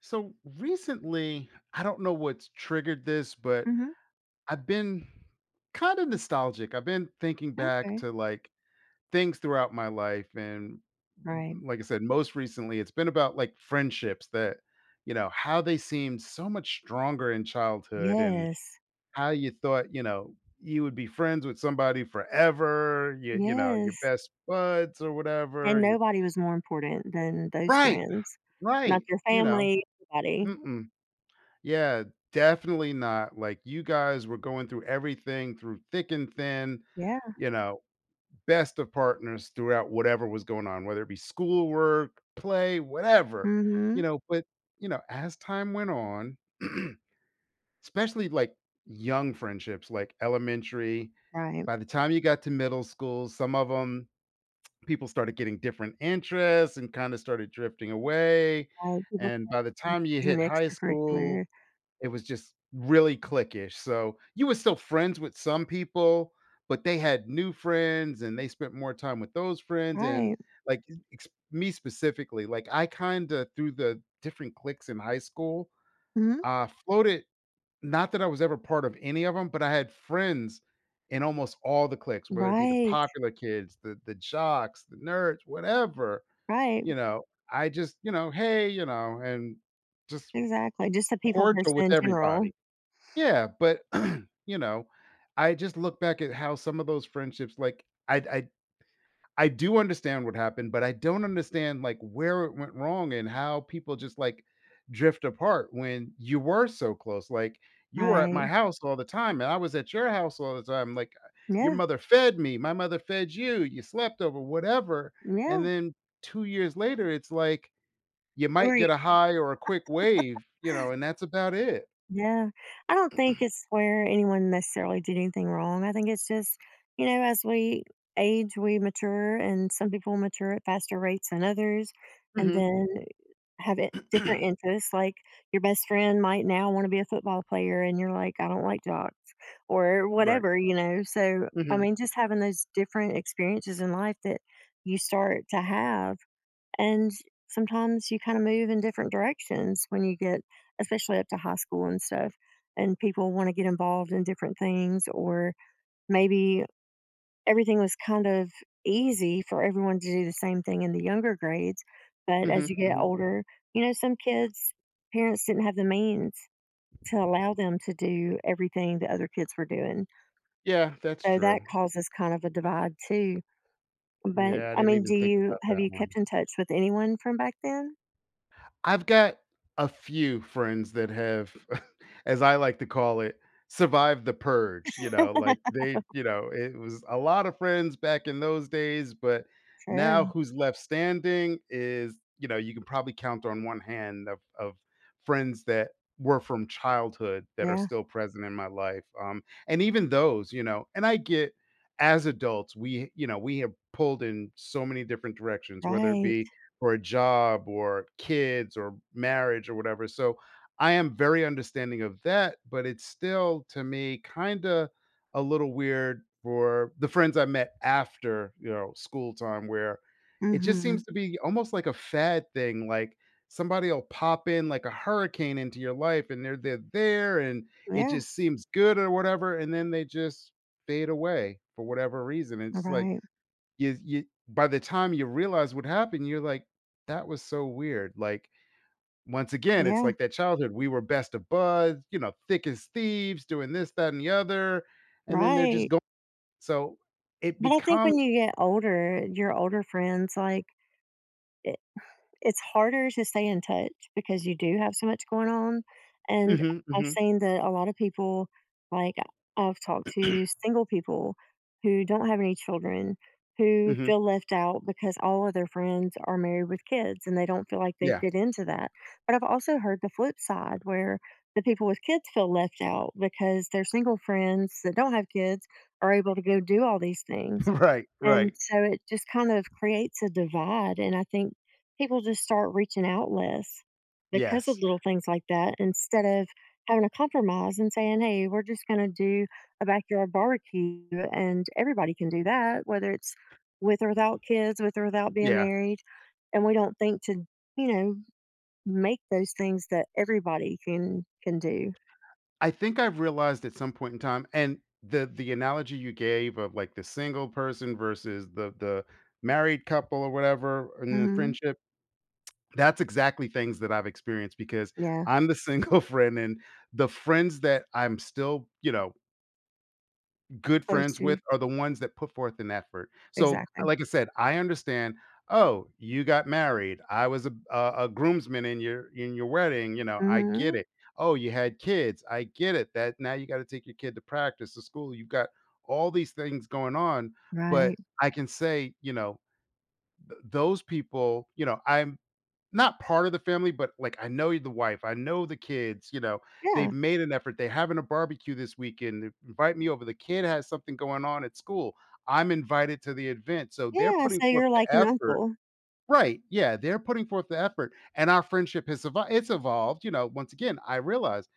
So recently, I don't know what's triggered this, but Mhm. I've been kind of nostalgic. I've been thinking back Okay. to things throughout my life. And Right. like I said, most recently, it's been about like friendships that. How they seemed so much stronger in childhood, and Yes. how you thought, you would be friends with somebody forever. You, Yes. your best buds or And whatever. You're, nobody was more important than those right, friends. Not right, your you know. family, everybody. Mm-mm. Yeah, definitely not. Like, you guys were going through everything through thick and thin, Yeah. you know, best of partners throughout whatever was going on, whether it be schoolwork, play, whatever, Mhm. you know. But, as time went on, especially like young friendships, like elementary, Right. by the time you got to middle school, some of them people started getting different interests and kind of started drifting away. Right. People And by the think it time you was an hit high school, extracurricular. it was just really cliquish. So you were still friends with some people, but they had new friends and they spent more time with those friends. And Right. like me specifically, like I kind of through the different cliques in high school, Mhm. Floated. Not that I was ever part of any of them, but I had friends in almost all the cliques, whether it be the Right. popular kids, the jocks, the nerds, whatever. Right. You know, I just you know, hey, you know, and just Exactly. Just a people cordial person with in general. everybody. Yeah, but, you know, I just look back at how some of those friendships, like, I I do understand what happened, but I don't understand, like, where it went wrong and how people just, like, drift apart when you were so close, like, you were at my Right. house all the time, and I was at your house all the time, like, your Yeah. mother fed me, my mother fed you, you slept over, whatever, and Yeah. then 2 years later, it's like, you Who might are? get a high or a quick wave, you know, and that's about it. Yeah. I don't think it's where anyone necessarily did anything wrong. I think it's just, you know, as we age, we mature, and some people mature at faster rates than others, and Mhm. then have it different interests. Like your best friend might now want to be a football player, and you're like, I don't like jocks or Right. whatever, you know. So, I Mhm. mean, just having those different experiences in life that you start to have, and sometimes you kind of move in different directions when you get, especially up to high school and stuff, and people want to get involved in different things, or maybe everything was kind of easy for everyone to do the same thing in the younger grades. But as Mhm, you get mhm. older, you know, some kids, parents didn't have the means to allow them to do everything the other kids were doing. Yeah, that's So that true. causes kind of a divide too. But Yeah, I I didn't mean, even do think you about have that you one. kept in touch with anyone from back then? I've got a few friends that have, as I like to call it, survived the purge, you know, like they, you know, it was a lot of friends back in those days, but now Sure. who's left standing is, you know, you can probably count on one hand of friends that were from childhood that are Yeah. still present in my life. And even those, you know, and I get as adults, we, you know, we have pulled in so many different directions, whether it Right. be or a job or kids or marriage or whatever. So I am very understanding of that, but it's still to me kind of a little weird for the friends I met after, you know, school time where Mm. it just Mhm. seems to be almost like a fad thing. Like, somebody will pop in like a hurricane into your life and they're there and it Yeah. just seems good or whatever, and then they just fade away for whatever reason. It's like Right. you by the time you realize what happened, you're like, "That was so weird." Like, once again, it's Yeah. like that childhood, we were best of buds, you know, thick as thieves, doing this, that, and the other, and then they're just Right. going so it But I think when becomes. you get older, your older friends, like, i- it's harder to stay in touch because you do have so much going on. And Mhm, I've mhm, seen that a lot of people, like, I've talked to single people who don't have any children, who mhm. feel left out because all of their friends are married with kids and they don't feel like they Yeah. fit into that. But I've also heard the flip side where the people with kids feel left out because their single friends that don't have kids are able to go do all these things, Right, and right. so it just kind of creates a divide. And I think people just start reaching out less because of Yes. little things like that instead of having a compromise and saying, hey, we're just going to do a backyard barbecue and everybody can do that, whether it's with or without kids, with or without being Yeah. married. And we don't think to, you know, make those things that everybody can do. I think I've realized at some point in time, and the analogy you gave of, like, the single person versus the married couple or whatever in the Hmm. friendship. That's exactly things that I've experienced because Yeah, I'm the single friend, and the friends that I'm still, you know, good those friends two with are the ones that put forth an effort. So, exactly. like I said, I understand, "Oh, you got married. I was a groomsman in your wedding," you know, I Hmm. get it. "Oh, you had kids. I get it. That now you gotta take your kid to practice, to school. You've got all these things going on," Right. but I can say, you know, th those people, you know, I'm not part of the family, but, like, I know the wife, I know the kids, you know, they've Yeah. made an effort, they're having a barbecue this weekend, invite me over, the kid has something going on at school, I'm invited to the event, so they're Yeah, putting so forth you're the like an effort. uncle. Right, yeah, they're putting forth the effort, and our friendship has evol it's evolved, you know, once again, I realize,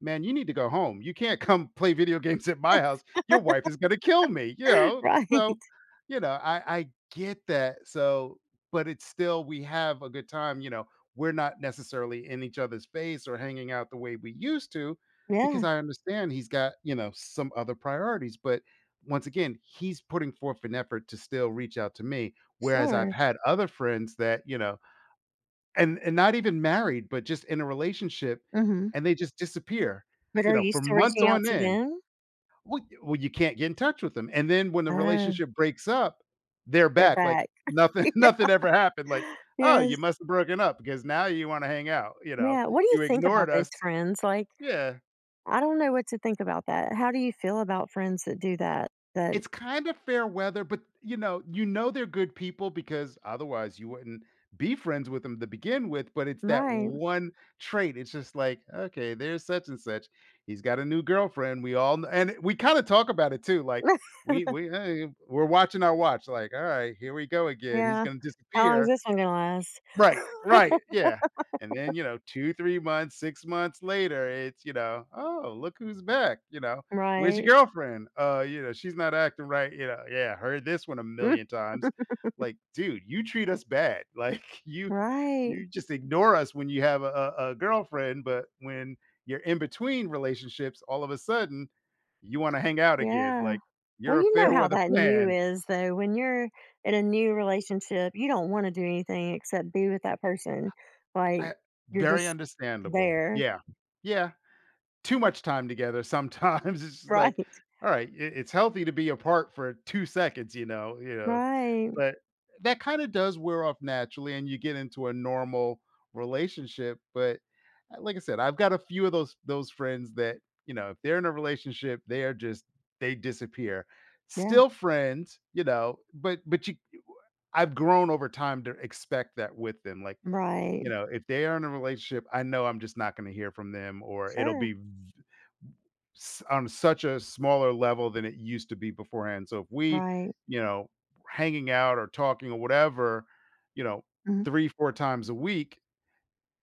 "Man, you need to go home. You can't come play video games at my house. Your wife is gonna kill me," you know? Right. So, you know, I get that, so but it's still we have a good time, you know, we're not necessarily in each other's face or hanging out the way we used to because Yeah, I understand he's got, you know, some other priorities, but once again, he's putting forth an effort to still reach out to me. Whereas I've sure. had other friends that, you know, and not even married, but just in a relationship, Mhm. and they just disappear, But you are know, you for still months reaching out on to end. them? Well, you can't get in touch with them, and then when the Oh, relationship breaks up, they're they're back like back. nothing nothing ever happened, like, "Oh, Yes. you must have broken up because now you wanna hang out," you know? Yeah, what do you "You think about ignored those us." friends? Like, Yeah. I don't know what to think about that. How do you feel about friends that do that? That It's kind of fair weather, but, you know they're good people, because otherwise you wouldn't be friends with them to begin with, but it's that Right. one trait. It's just like, "Okay, there's such and such. He's got a new girlfriend." We all kn and we kinda talk about it too, like, hey, we're watching our watch, like, "Alright, here we go again. He's Yeah. gonna How long is disappear." this one gonna last? Right, right, yeah, and then, you know, 2, 3 months, 6 months later, it's, you know, "Oh, look who's back," you know, "Where's your Right. girlfriend?" You know, she's not acting right," you know, "Yeah, heard this one a million times." Like, dude, you treat us bad, like, Right. you just ignore us when you have a girlfriend, but when you're in between relationships, all of a sudden, you wanna hang out again, Yeah. like, Well, you're a you know fair how weather that new fan. is, though. When you're in a new relationship, you don't want to do anything except be with that person. Like, I you're Very just understandable. there. Yeah. Yeah. Too much time together sometimes. It's just Right. like, all right, it's healthy to be apart for 2 seconds, you know, Right. but that kind of does wear off naturally and you get into a normal relationship. But like I said, I've got a few of those friends that, you know, if they're in a relationship, they are just they disappear. Yeah. Still friends, you know, but you I've grown over time to expect that with them. Like, Right. you know, if they are in a relationship, I know I'm just not going to hear from them, or it'll Sure. be on such a smaller level than it used to be beforehand. So if we, Right. you know, hanging out or talking or whatever, you know, Mhm. 3 4 times a week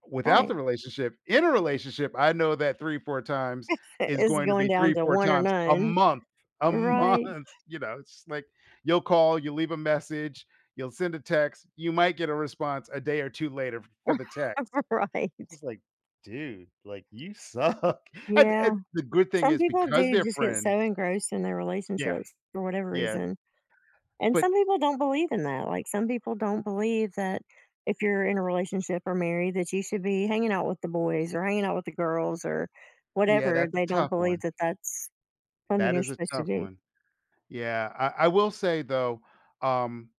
without Right. the relationship, in a relationship, I know that 3 4 times is It's going to going be down 3 to 4 one or times none. A month, Right. you know, it's just like you'll call, you leave a message, you'll send a text, you might get a response a day or 2 later for the text. Right. Just like, dude, like you suck. Yeah. and the good thing Some is people because do they're just get friends so engrossed in their yeah, relationships for whatever yeah, reason. And but some people don't believe in that. Like some people don't believe that if you're in a relationship or married that you should be hanging out with the boys or hanging out with the girls or yeah, whatever. that's a They don't tough believe one. that that's something That you're is a supposed to tough do. one. Yeah, I will say though, um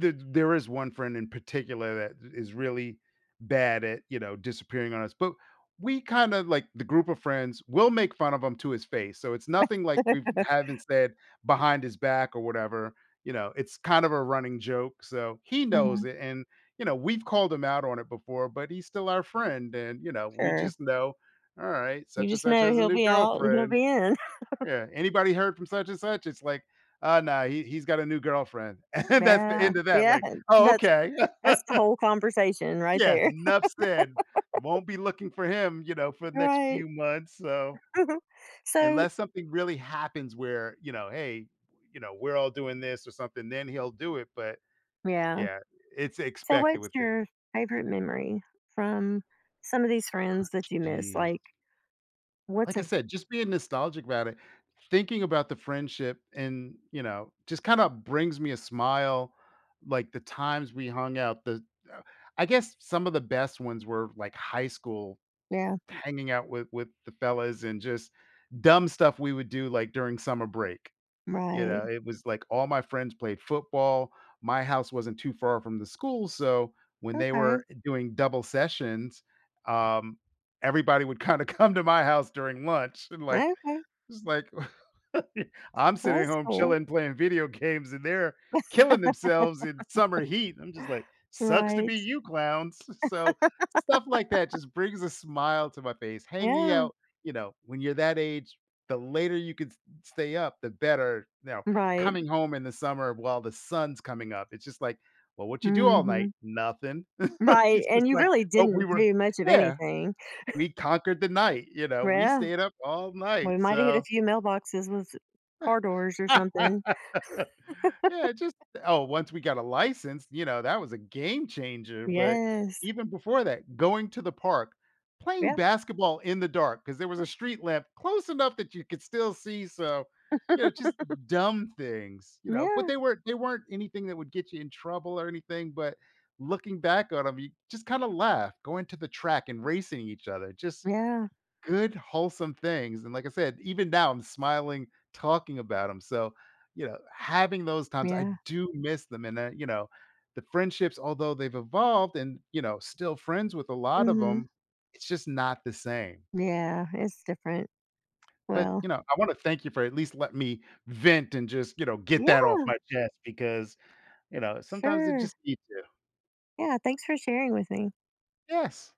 Th there is one friend in particular that is really bad at, you know, disappearing on us, but we kinda like the group of friends, will make fun of him to his face, so it's nothing like we haven't said behind his back or whatever, you know, it's kind of a running joke, so he knows Hmm. it, and, you know, we've called him out on it before, but he's still our friend, and, you know, we Sure. just know, "Alright, You such and just such know has a he'll new be out and he'll girlfriend." be in. Yeah, anybody heard from such and such? It's like, nah, he's got a new girlfriend." And that's the Yeah. end of that, Yeah. like, "Oh, That's okay." that's the whole conversation right Yeah, there. enough said. Won't be looking for him, you know, for the next Right. few months, so So unless something really happens where, you know, "Hey, you know, we're all doing this or something," then he'll do it, but yeah. yeah, it's So expected what's with him. your favorite memory from some of these friends that you miss? Jeez. Like what's Like I a said, just being nostalgic about it, thinking about the friendship and, you know, just kinda brings me a smile, like the times we hung out, the uh, I guess some of the best ones were like high school, yeah, hanging out with the fellas and just dumb stuff we would do like during summer break. You right. know, it was like all my friends played football. My house wasn't too far from the school, so when they Okay. were doing double sessions, um, everybody would kinda come to my house during lunch and, like, Okay. it's like I'm sitting That's home cool. chilling, playing video games, and they're killing themselves in summer heat. I'm just like, sucks to Right. be you clowns. So stuff like that just brings a smile to my face. Hanging Yeah. out, you know, when you're that age, the later you can stay up, the better. You know, Right. coming home in the summer while the sun's coming up, it's just like, well, what you do all Mhm. night? Nothing. Right, It's and just you like, really but we didn't were, do much of yeah, anything. we conquered the night. You know, we Yeah. stayed up all night. We might have hit a So few mailboxes with car doors or something. yeah, just oh, once we got a license, you know, that was a game changer, but Yes. even before that, going to the park, playing Yeah. basketball in the dark because there was a street lamp close enough that you could still see, so, you know, just dumb things, you know, but Yeah. they weren't anything that would get you in trouble or anything, but looking back on them, you just kinda laugh, going to the track and racing each other, just Yeah. good wholesome things. And like I said, even now I'm smiling talking about them. So, you know, having those times, I Yeah. do miss them. And, you know, the friendships, although they've evolved and, you know, still friends with a lot of Mhm. them, it's just not the same. Yeah, it's different. But, Well, you know, I want to thank you for at least let me vent and just, you know, get that yeah, off my chest because, you know, sometimes it sure. just needs to. Yeah, thanks for sharing with me. Yes.